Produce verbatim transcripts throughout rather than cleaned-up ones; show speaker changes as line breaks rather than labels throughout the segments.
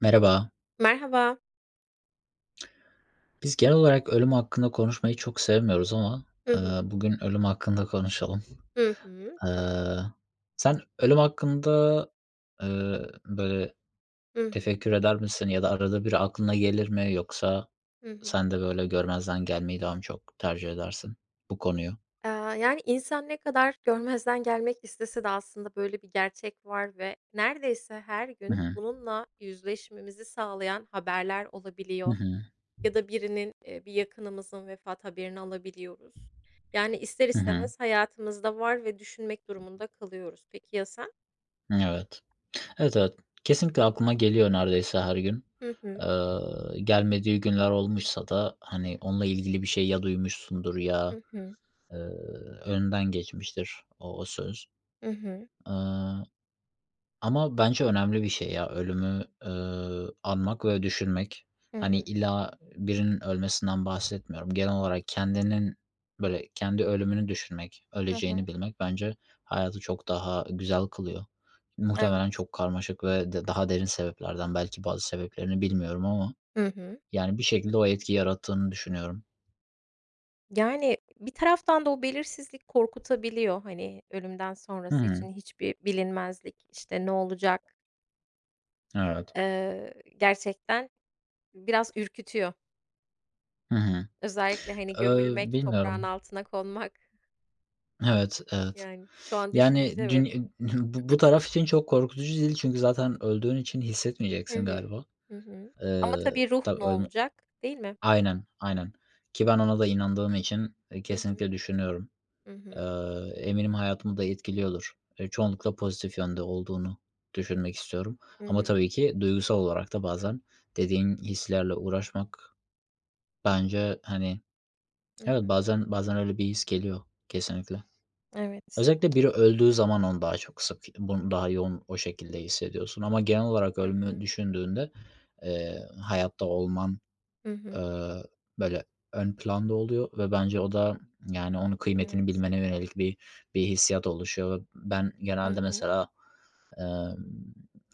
Merhaba.
Merhaba.
Biz genel olarak ölüm hakkında konuşmayı çok sevmiyoruz ama,
Hı
eee,
hı.
bugün ölüm hakkında konuşalım.
Hı hı. Tamam.
Eee, sen ölüm hakkında, eee, böyle
Hı hı.
tefekkür eder misin ya da arada bir aklına gelir mi yoksa
Hı hı.
sen de böyle görmezden gelmeyi daha mı çok tercih edersin bu konuyu?
Aaa, yani, insan ne kadar görmezden gelmek istese de aslında böyle bir gerçek var ve neredeyse her
Hı
gün
hı.
bununla yüzleşmemizi sağlayan haberler
Hı
olabiliyor
hı.
ya da birinin, eee, bir yakınımızın vefat haberini alabiliyoruz. Yani, ister
Hı hı.
istemez hayatımızda var ve düşünmek durumunda kalıyoruz. Peki ya sen?
Evet. Evet, evet. Kesinlikle aklıma geliyor neredeyse her gün.
Hı hı.
Eee, gelmediği günler olmuşsa da, hani, onunla ilgili bir şey ya duymuşsundur ya
Hı hı.
Eee, önünden geçmiştir o o söz.
Hı hı.
Eee, ama bence önemli bir şey ya ölümü, eee, anmak ve düşünmek.
Hı
Hani
hı.
illa birinin ölmesinden bahsetmiyorum. Genel olarak kendinin, böyle, kendi ölümünü düşünmek,
Hı
öleceğini
hı.
bilmek bence hayatı çok daha güzel kılıyor. Muhtemelen
Evet.
çok karmaşık ve de daha derin sebeplerden, belki bazı sebeplerini bilmiyorum ama
Hı hı.
yani bir şekilde o etki yarattığını düşünüyorum.
Yani, bir taraftan da o belirsizlik korkutabiliyor. Hani, ölümden
Hı
sonrası
hı.
için hiçbir bilinmezlik, işte, ne olacak,
Evet.
eee, gerçekten biraz ürkütüyor.
Hı hı.
Özellikle, hani,
Eee,
gömülmek, toprağın
bilmiyorum.
altına konmak,
Evet, evet.
yani, şu an düşününce
Yani,
evet.
dün bu bu taraf için çok korkutucu değil çünkü zaten öldüğün için
Hı
hissetmeyeceksin
hı.
galiba.
Hı hı. Ama
Eee,
tabii ruh
tabii
ne
ölme.
olacak, değil mi?
Aynen, aynen ki ben ona da inandığım için, eee,
Hı hı.
kesinlikle düşünüyorum.
Hı
Eee,
hı.
eminim hayatımı da etkiliyordur. Eee, çoğunlukla pozitif yönde olduğunu düşünmek istiyorum
Hı
ama
hı.
tabii ki duygusal olarak da bazen dediğin hislerle uğraşmak bence, hani,
Hı
evet,
hı.
bazen bazen öyle bir his geliyor kesinlikle.
Evet.
Özellikle biri öldüğü zaman onu daha çok sık, bunu daha yoğun o şekilde hissediyorsun ama genel olarak
Hı
ölümü
hı.
düşündüğünde, eee, hayatta olman,
Hı hı.
eee, böyle ön planda oluyor ve bence o da, yani, onun kıymetini
Evet.
bilmene yönelik bir bir hissiyat oluşuyor. Ve ben
Hı
genelde
hı.
mesela, emm,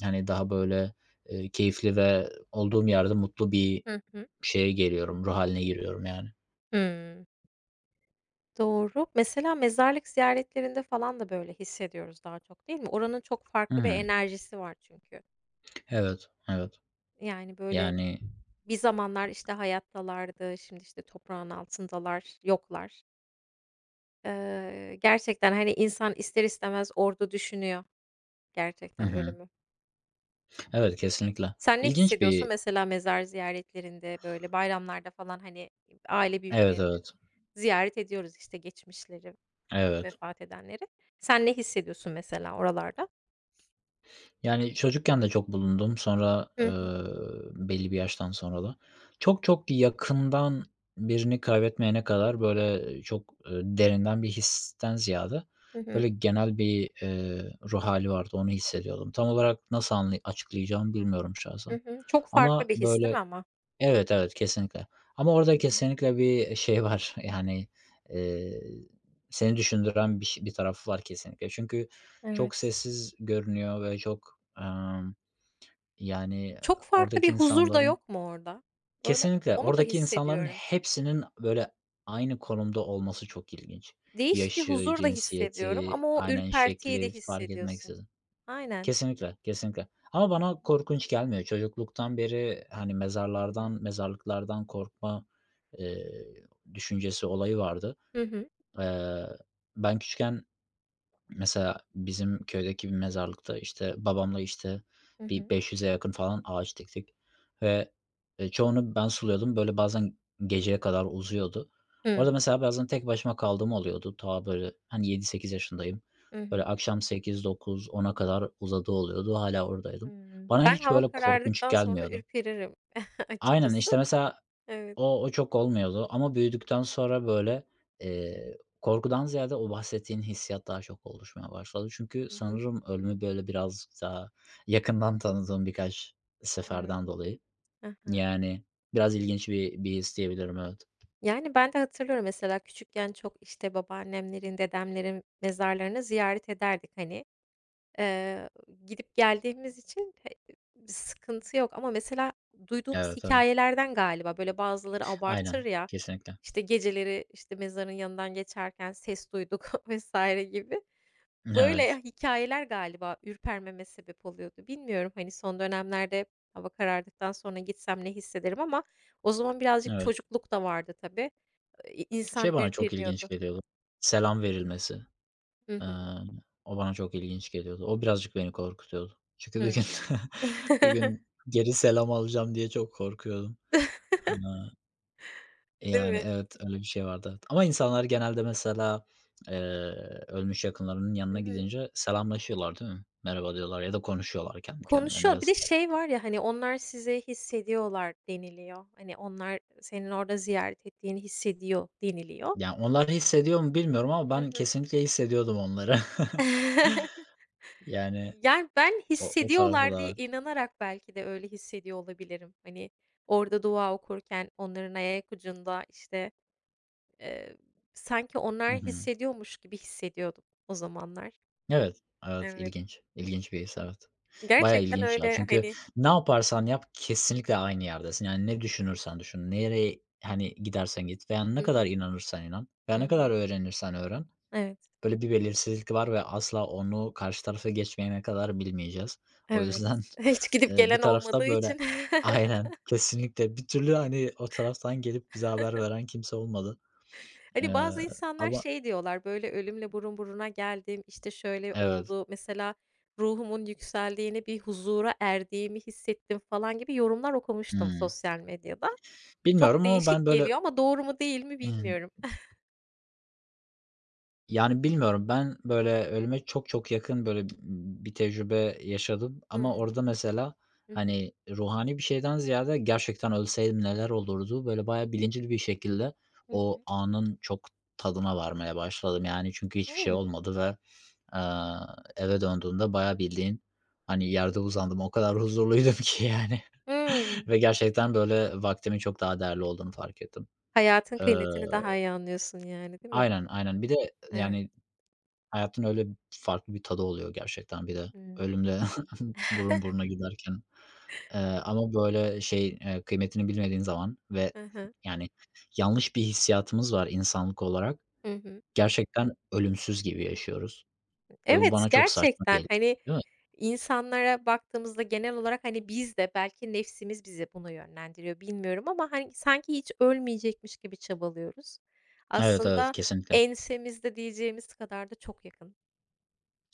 hani, daha böyle, eee, keyifli ve olduğum yerde mutlu bir
Hı hı.
şeye geliyorum, ruh haline giriyorum yani.
Hıı. Doğru. Mesela mezarlık ziyaretlerinde falan da böyle hissediyoruz daha çok, değil mi? Oranın çok
Hı
farklı bir
hı.
enerjisi var çünkü.
Evet, evet.
Yani, böyle,
Yani.
bir zamanlar, işte, hayattalardı, şimdi, işte, toprağın altındalar, yoklar. Eee, gerçekten, hani, insan ister istemez orada düşünüyor
Hı
gerçekten
hı.
ölümü.
Evet, kesinlikle.
Sen ne
İlginç
hissediyorsun
bir.
mesela mezar ziyaretlerinde, böyle, bayramlarda falan, hani, aile
Evet,
büyüklerini
evet.
ziyaret ediyoruz, işte, geçmişleri,
Evet.
vefat edenleri. Sen ne hissediyorsun mesela oralarda?
Yani, çocukken de çok bulundum. Sonra,
Hı
eee,
hı.
belli bir yaştan sonra da. Çok çok yakından birini kaybetmeyene kadar, böyle, çok, eee, derinden bir histen ziyade,
Hı hı.
böyle, genel bir, eee, ruh hali vardı, onu hissediyordum. Tam olarak nasıl anlay açıklayacağımı bilmiyorum
Hı
şahsen.
hı. Çok
Ama,
farklı bir his, değil
böyle.
mi ama?
Evet, evet, kesinlikle. Ama
Hı
orada
hı.
kesinlikle bir şey var, yani, eee, seni düşündüren bir ş bir tarafı var kesinlikle. Çünkü çok
Evet.
sessiz görünüyor ve çok, emm, yani,
Çok farklı
oradaki
bir huzur da
insanların.
yok mu orada? Böyle,
Kesinlikle,
onu da
oradaki insanların
hissediyorum.
hepsinin böyle aynı konumda olması çok ilginç.
Değişik bir
Yaşı,
huzur da hissediyorum
cinsiyeti,
ama o
aynen
ürpertiyi de
şekli fark
hissediyorsun.
etmeksizin.
Aynen.
Kesinlikle, kesinlikle. Ama
Hı
bana
hı.
korkunç gelmiyor. Çocukluktan beri, hani,
Hı
mezarlardan, mezarlıklardan korkma, eee, düşüncesi, olayı vardı.
hı.
Eee, ben küçükken mesela bizim köydeki bir mezarlıkta, işte, babamla, işte,
Hı
bir
hı.
beş yüze yakın falan ağaç diktik ve, eee, çoğunu ben suluyordum. Böyle bazen geceye kadar uzuyordu. Orada
Hımm.
mesela bazen tek başıma kaldığım oluyordu. Ta böyle, hani, yedi sekiz yaşındayım.
Hı
Böyle
hı.
akşam sekiz dokuz ona kadar uzadığı oluyordu. Hala oradaydım.
Hımm.
Bana
Ben
hiç
hava
böyle korkunç
karardıktan sonra
gelmiyordu.
ürperirim
Aynen,
açıkçası.
işte, mesela
Evet.
o o çok olmuyordu ama büyüdükten sonra, böyle, eee, korkudan ziyade o bahsettiğin hissiyat daha çok oluşmaya başladı. Çünkü
Hı hı.
sanırım ölümü, böyle, biraz daha yakından tanıdığım birkaç
Evet.
seferden dolayı.
Aha.
Yani biraz ilginç bir bir his diyebilirim, evet.
Yani, ben de hatırlıyorum mesela küçükken çok, işte, babaannemlerin, dedemlerin mezarlarını ziyaret ederdik, hani. Eee, Gidip geldiğimiz için he bir sıkıntı yok ama mesela duyduğumuz
Evet, evet.
hikayelerden galiba, böyle, bazıları abartır
Aynen,
ya,
kesinlikle.
işte, geceleri, işte, mezarın yanından geçerken ses duyduk vesaire gibi.
Evet,
Böyle hikayeler galiba ürpermeme sebep oluyordu. Bilmiyorum, hani, son dönemlerde hava karardıktan sonra gitsem ne hissederim ama o zaman birazcık
evet.
çocukluk da vardı tabii. İ
Şey
insan
bana çok ilginç
ürperiyordu.
geliyordu, selam verilmesi.
Hı
Eee,
hı.
o bana çok ilginç geliyordu. O birazcık beni korkutuyordu. Çünkü bir gün
Hımm.
bir gün geri selam alacağım diye çok korkuyordum. Eee,
Değil
yani,
mi?
evet, öyle bir şey vardı, evet. Ama insanlar genelde mesela, eee, ölmüş yakınlarının
Hı
yanına
hı.
gidince selamlaşıyorlar, değil mi? Merhaba diyorlar ya da konuşuyorlar kendi kendilerine
Konuşuyor. Bir de
vesaire.
şey var ya, hani, onlar sizi hissediyorlar deniliyor. Hani, onlar senin orada ziyaret ettiğini hissediyor deniliyor.
Yani, onlar hissediyor mu bilmiyorum ama
Hı
ben
hı.
kesinlikle hissediyordum onları. Yani,
Yani, ben
o o tarafı
hissediyorlar
da
diye
var.
inanarak belki de öyle hissediyor olabilirim. Hani, orada dua okurken onların ayak ucunda, işte, eee, sanki
Hı
onlar
hı.
hissediyormuş gibi hissediyordum o zamanlar.
Evet, evet,
Evet.
ilginç. İlginç bir his, evet. Bayağı
Gerçekten
ilginç ya.
öyle,
Çünkü
hani.
ne yaparsan yap kesinlikle aynı yerdesin. Yani ne düşünürsen düşün, nereye, hani, gidersen git veya ne
Hı
kadar
hı.
inanırsan inan veya
Hı
ne kadar
hı.
öğrenirsen öğren,
Evet,
böyle bir belirsizlik var ve asla onu karşı tarafa geçmeyene kadar bilmeyeceğiz. O
evet.
yüzden,
Hiç gidip
eee, bir
gelen
tarafta
olmadığı
böyle.
için.
Aynen, kesinlikle. Bir türlü, hani, o taraftan gelip bize haber veren kimse olmadı.
Hani,
Eee,
bazı insanlar
ama.
şey diyorlar, böyle, ölümle burun buruna geldim, işte, şöyle
Evet.
oldu, mesela ruhumun yükseldiğini, bir huzura erdiğimi hissettim falan gibi yorumlar okumuştum
Hımm.
sosyal medyada. Çok
Bilmiyorum ama ben
değişik
böyle.
geliyor ama doğru mu değil mi bilmiyorum.
Yani, bilmiyorum. Ben, böyle, ölüme çok çok yakın, böyle, b- bir tecrübe yaşadım ama
Hımm.
orada mesela,
Hı hı.
hani, ruhani bir şeyden ziyade gerçekten ölseydim neler olurdu, böyle, bayağı bilinçli bir şekilde
Hı
o
hı.
anın çok tadına varmaya başladım. Yani, çünkü hiçbir şey
Hımm.
olmadı ve, aaa, eve döndüğümde bayağı bildiğin, hani, yerde uzandım. O kadar huzurluydum ki, yani,
Hımm.
ve gerçekten, böyle, vaktimin çok daha değerli olduğunu fark ettim.
Hayatın
Eee
kıymetini daha iyi anlıyorsun yani, değil mi?
Aynen, aynen. Bir de,
Evet.
yani, hayatın öyle farklı bir tadı oluyor gerçekten bir de.
Hımm.
Ölümle burun buruna giderken. Eee, ama böyle şey, eee, kıymetini bilmediğin zaman ve
Hı hı.
yani yanlış bir hissiyatımız var insanlık olarak.
Hı hı.
Gerçekten ölümsüz gibi yaşıyoruz ve bu
Evet,
bana çok saçma
gerçekten,
geliyor.
hani,
Değil mi?
insanlara baktığımızda genel olarak, hani, biz de belki nefsimiz bizi buna yönlendiriyor, bilmiyorum ama, hani, sanki hiç ölmeyecekmiş gibi çabalıyoruz.
Evet, evet,
Aslında
kesinlikle.
ensemizde diyeceğimiz kadar da çok yakın.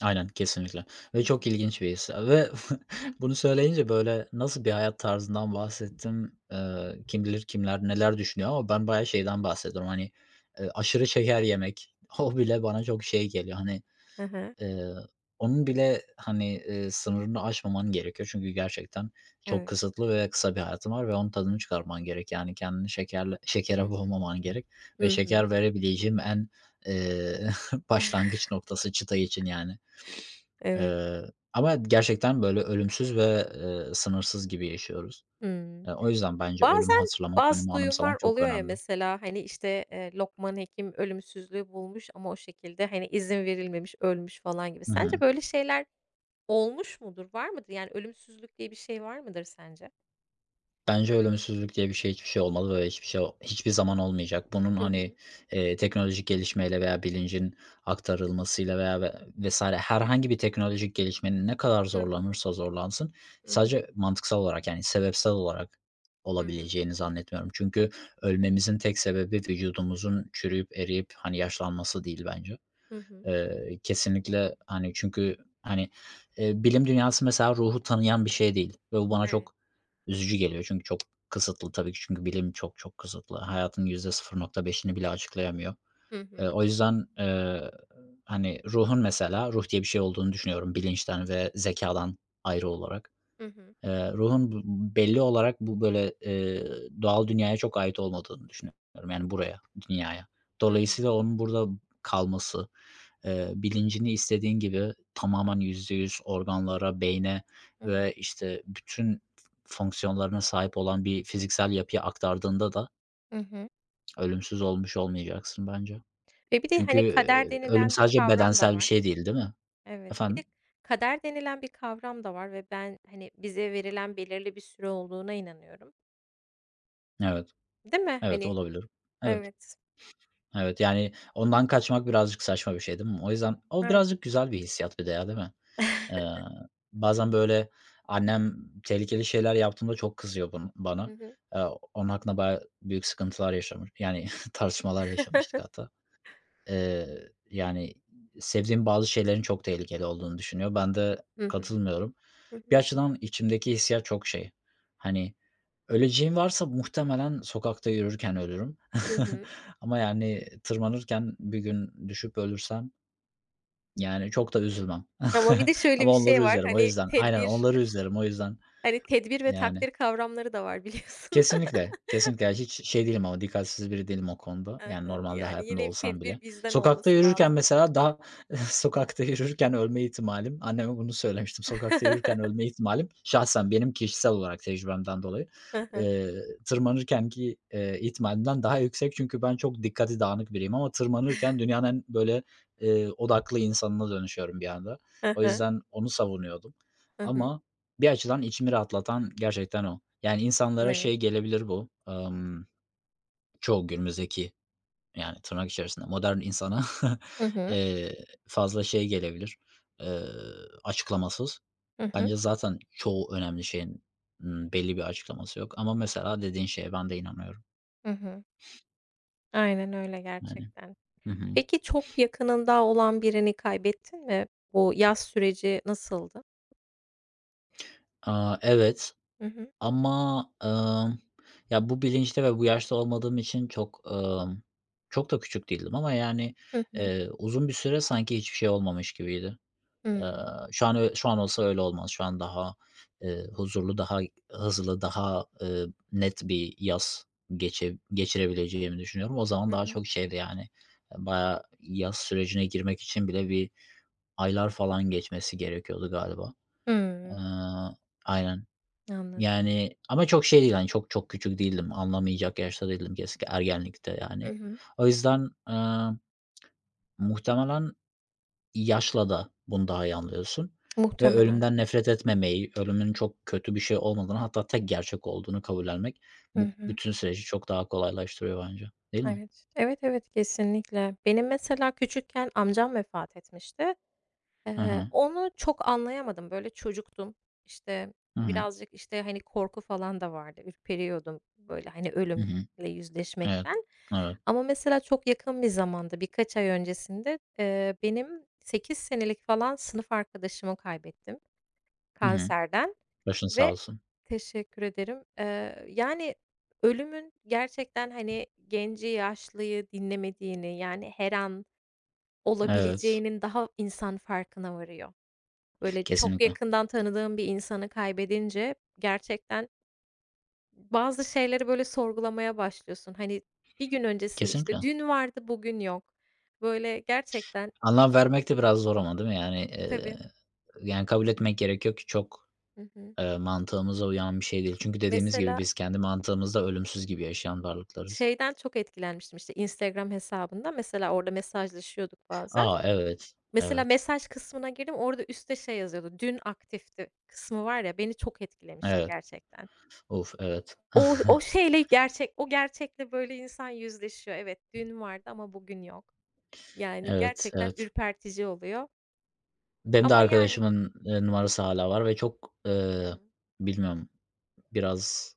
Aynen, kesinlikle ve
Hı
çok
hı.
ilginç bir his ve bunu söyleyince, böyle, nasıl bir hayat tarzından bahsettim, eee, kim bilir kimler neler düşünüyor ama ben bayağı
Hı
şeyden
hı.
bahsediyorum, hani, eee, aşırı şeker yemek, o bile bana çok şey geliyor, hani,
Hı hı.
eee, onun bile, hani, eee, sınırını aşmaman gerekiyor çünkü gerçekten çok
Evet.
kısıtlı ve kısa bir hayatın var ve onun tadını çıkarman gerek. Yani, kendini şekerle
Hı
şekere
hı.
boğmaman gerek ve
Hı hı.
şeker verebileceğim en, eee, başlangıç noktası çıta için, yani.
Evet.
Eee, ama gerçekten böyle ölümsüz ve, eee, sınırsız gibi yaşıyoruz.
Hımm.
Eee, o yüzden bence ölümü
Bazen
hatırlamak,
bazı
ölümü
duyumlar
anımsamak çok
oluyor ya
önemli.
mesela, hani, işte, eee, Lokman Hekim ölümsüzlüğü bulmuş ama o şekilde, hani, izin verilmemiş, ölmüş falan gibi.
Hı hı.
Sence böyle şeyler olmuş mudur? Var mıdır? Yani ölümsüzlük diye bir şey var mıdır sence?
Bence ölümsüzlük diye bir şey hiçbir şey olmadı ve hiçbir şey hiçbir zaman olmayacak. Bunun,
Hı
hani,
hı.
eee, teknolojik gelişmeyle veya bilincin aktarılmasıyla veya ve vesaire herhangi bir teknolojik gelişmenin ne kadar
Hı hı.
zorlanırsa zorlansın
Hı hı.
sadece mantıksal olarak, yani, sebepsel olarak
Hı hı.
olabileceğini zannetmiyorum. Çünkü ölmemizin tek sebebi vücudumuzun çürüyüp eriyip, hani, yaşlanması değil bence.
Hı hı.
Eee, kesinlikle, hani, çünkü, hani, eee, bilim dünyası mesela ruhu tanıyan bir şey değil ve bu bana
Evet.
çok üzücü geliyor. Çünkü çok kısıtlı tabii ki çünkü bilim çok çok kısıtlı. Hayatın yüzde sıfır nokta beşini bile açıklayamıyor.
Hı
Eee,
hı.
o yüzden, eee, hani, ruhun mesela ruh diye bir şey olduğunu düşünüyorum bilinçten ve zekadan ayrı olarak.
Hı hı.
Eee, ruhun b belli olarak bu, böyle, eee, doğal dünyaya çok ait olmadığını düşünüyorum, yani buraya, dünyaya.
Hı hı.
Dolayısıyla onun burada kalması. Eee, bilincini istediğin gibi tamamen yüzde yüz organlara, beyne
Hı hı.
ve, işte, bütün fonksiyonlarına sahip olan bir fiziksel yapıya aktardığında da
Hı hı.
ölümsüz olmuş olmayacaksın bence.
Ve bir de,
Çünkü,
hani, kader
eee, ölüm
denilen bir
sadece
kavram da
bedensel bir
var.
şey değil, değil mi?
Evet. Bir de
Efendim?
kader denilen bir kavram da var ve ben, hani, bize verilen belirli bir süre olduğuna inanıyorum.
Evet.
Değil mi?
Evet,
Hani.
olabilir. Evet.
Evet.
Evet, yani, ondan kaçmak birazcık saçma bir şey, değil mi? O yüzden o
Evet.
birazcık güzel bir hissiyat bir de ya, değil mi? Eee, bazen, böyle, annem tehlikeli şeyler yaptığımda çok kızıyor bun
Hı
bana.
hı.
Eee, onun hakkında bayağı büyük sıkıntılar yaşamış yani tartışmalar yaşamıştık hatta. Eee, yani sevdiğim bazı şeylerin çok tehlikeli olduğunu düşünüyor. Ben de
Hı hı.
katılmıyorum.
Hı
Bir
hı.
açıdan içimdeki hissiyat çok şey, hani, öleceğim varsa muhtemelen sokakta yürürken ölürüm
Hı hı.
ama, yani, tırmanırken bir gün düşüp ölürsem yani çok da üzülmem.
Ama bir de şöyle
Ama
bir
onları
şey var,
üzerim o
hani,
yüzden. Aynen
tedbir.
onları üzerim o yüzden
Hani, tedbir ve
yani.
takdir kavramları da var biliyorsun.
Kesinlikle, kesinlikle. Yani hiç şey değilim ama dikkatsiz biri değilim o konuda.
Hı
Yani
hı.
normalde
Yani,
hayatımda
yine
olsam bile.
tedbir bizden
Sokakta
olması
yürürken
lazım.
mesela daha sokakta yürürken ölme ihtimalim anneme bunu söylemiştim. Sokakta yürürken ölme ihtimalim şahsen benim kişisel olarak tecrübemden dolayı,
Hı hı.
eee, tırmanırkenki, eee, ihtimalimden daha yüksek. Çünkü ben çok dikkati dağınık biriyim ama tırmanırken dünyanın en böyle, eee, odaklı insanına dönüşüyorum bir anda.
Hı
O
hı.
yüzden onu savunuyordum
Hı hı.
ama, bir açıdan içimi rahatlatan gerçekten o. Yani, insanlara
Evet.
şey gelebilir bu, ımm, çoğu günümüzdeki, yani, tırnak içerisinde modern insana,
Hı hı.
eee, fazla şey gelebilir, eee, açıklamasız.
Hı hı.
Bence zaten çoğu önemli şeyin, ımm, belli bir açıklaması yok ama mesela dediğin şeye ben de inanıyorum.
Hı hı. Aynen öyle
Yani.
gerçekten.
Hı hı.
Peki, çok yakınında olan birini kaybettin mi? Bu yaz süreci nasıldı?
Aaa, evet.
Hı hı.
Ama, ımm, ya, bu bilinçte ve bu yaşta olmadığım için çok, ımm, çok da küçük değildim ama, yani,
Hı hı.
eee, uzun bir süre sanki hiçbir şey olmamış gibiydi. Eee,
Hımm.
şu an ö şu an olsa öyle olmaz. Şu an daha, eee, huzurlu, daha hızlı, daha, eee, net bir yaz geçe geçirebileceğimi düşünüyorum. O zaman
Hı
daha
hı.
çok şeydi, yani, eee, bayağı yaz sürecine girmek için bile bir aylar falan geçmesi gerekiyordu galiba.
Hımm.
Eee Aynen.
Anladım.
Yani ama çok şey değil, hani, çok çok küçük değildim, anlamayacak yaşta değildim kesinlikle ergenlikte,
Hı
yani.
hı.
O yüzden, eee, muhtemelen yaşla da bunu daha iyi anlıyorsun ve
Muhtemelen.
ölümden nefret etmemeyi, ölümün çok kötü bir şey olmadığını hatta tek gerçek olduğunu kabullenmek
Hı
bu
hı.
bütün süreci çok daha kolaylaştırıyor bence, değil mi?
Evet. Evet, evet, kesinlikle. Benim mesela küçükken amcam vefat etmişti.
Hı
Eee,
hı.
onu çok anlayamadım. Böyle çocuktum. İşte,
Hı hı.
birazcık, işte, hani, korku falan da vardı. Ürperiyordum, böyle, hani,
Hı
ölümle
hı. Evet.
yüzleşmekten.
Evet.
Ama mesela çok yakın bir zamanda, birkaç ay öncesinde, eee, benim sekiz senelik falan sınıf arkadaşımı kaybettim
Hı hı.
kanserden
Başın sağ
ve
olsun.
teşekkür ederim. Eee, yani, ölümün gerçekten, hani, genci, yaşlıyı dinlemediğini, yani, her an
Evet.
olabileceğinin daha insan farkına varıyor. Böyle, çok
Kesinlikle.
yakından tanıdığın bir insanı kaybedince gerçekten bazı şeyleri, böyle, sorgulamaya başlıyorsun. Hani, bir gün öncesinde, işte,
Kesinlikle.
dün vardı, bugün yok. Böyle, gerçekten.
Anlam vermek de biraz zor ama değil mi? Yani, eee,
Tabii.
yani, kabul etmek gerekiyor ki çok,
Hı hı.
eee, mantığımıza uyan bir şey değil. Çünkü dediğimiz gibi
Mesela
biz kendi mantığımızda ölümsüz gibi yaşayan varlıklarız.
şeyden çok etkilenmiştim, işte, Instagram hesabında. Mesela orada mesajlaşıyorduk bazen.
Aa Evet,
Mesela
evet,
mesaj kısmına girdim, orada üstte şey yazıyordu, "Dün aktifti" kısmı var ya, beni çok etkilemişti
evet.
gerçekten.
Uf, evet.
O o şeyle gerçek o gerçekle böyle insan yüzleşiyor. Evet, dün vardı ama bugün yok. Yani
Evet,
gerçekten
evet.
ürpertici oluyor
Benim de
ama yani.
arkadaşımın, eee, numarası hala var ve çok,
Hı
eee,
hı.
bilmiyorum, biraz,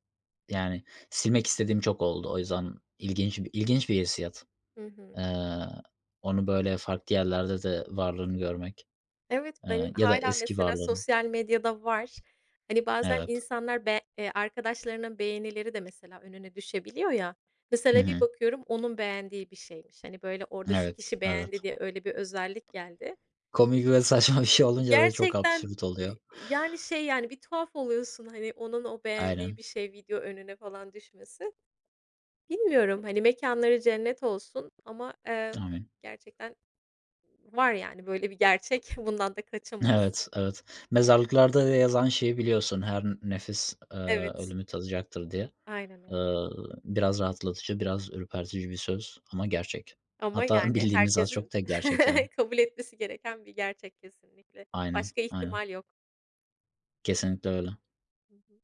yani, silmek istediğim çok oldu. O yüzden ilginç bir ilginç bir hissiyat.
Hı hı.
Eee, onu böyle farklı yerlerde de varlığını görmek.
Evet, benim
Eee, ya da
hâlâ
eski
mesela
varlığını.
sosyal medyada var. Hani, bazen
Evet.
insanlar be eee, arkadaşlarının beğenileri de mesela önüne düşebiliyor ya.
Hı
Mesela bir
hı.
bakıyorum onun beğendiği bir şeymiş. Hani, böyle, orada şu
Evet,
kişi beğendi
evet.
diye öyle bir özellik geldi.
Komik ve saçma bir şey olunca da çok
Gerçekten,
absürt oluyor.
eee, yani, şey, yani, bir tuhaf oluyorsun, hani, onun o beğendiği
Aynen.
bir şey video önüne falan düşmesi. Bilmiyorum, hani, mekanları cennet olsun ama, eee,
Amin.
gerçekten var, yani, böyle bir gerçek. Bundan da kaçamayız.
Evet, evet.
Hı hı.
Mezarlıklarda da yazan şeyi biliyorsun, her nefis, eee,
Evet,
ölümü tadacaktır diye.
aynen
Eee,
öyle.
biraz rahatlatıcı, biraz ürpertici bir söz ama gerçek.
Ama,
Hatta
yani,
bildiğimiz az
herkesin
çok da gerçek yani.
kabul etmesi gereken bir gerçek kesinlikle.
Aynen,
Başka
aynen.
ihtimal yok.
Kesinlikle öyle.
Hı hı.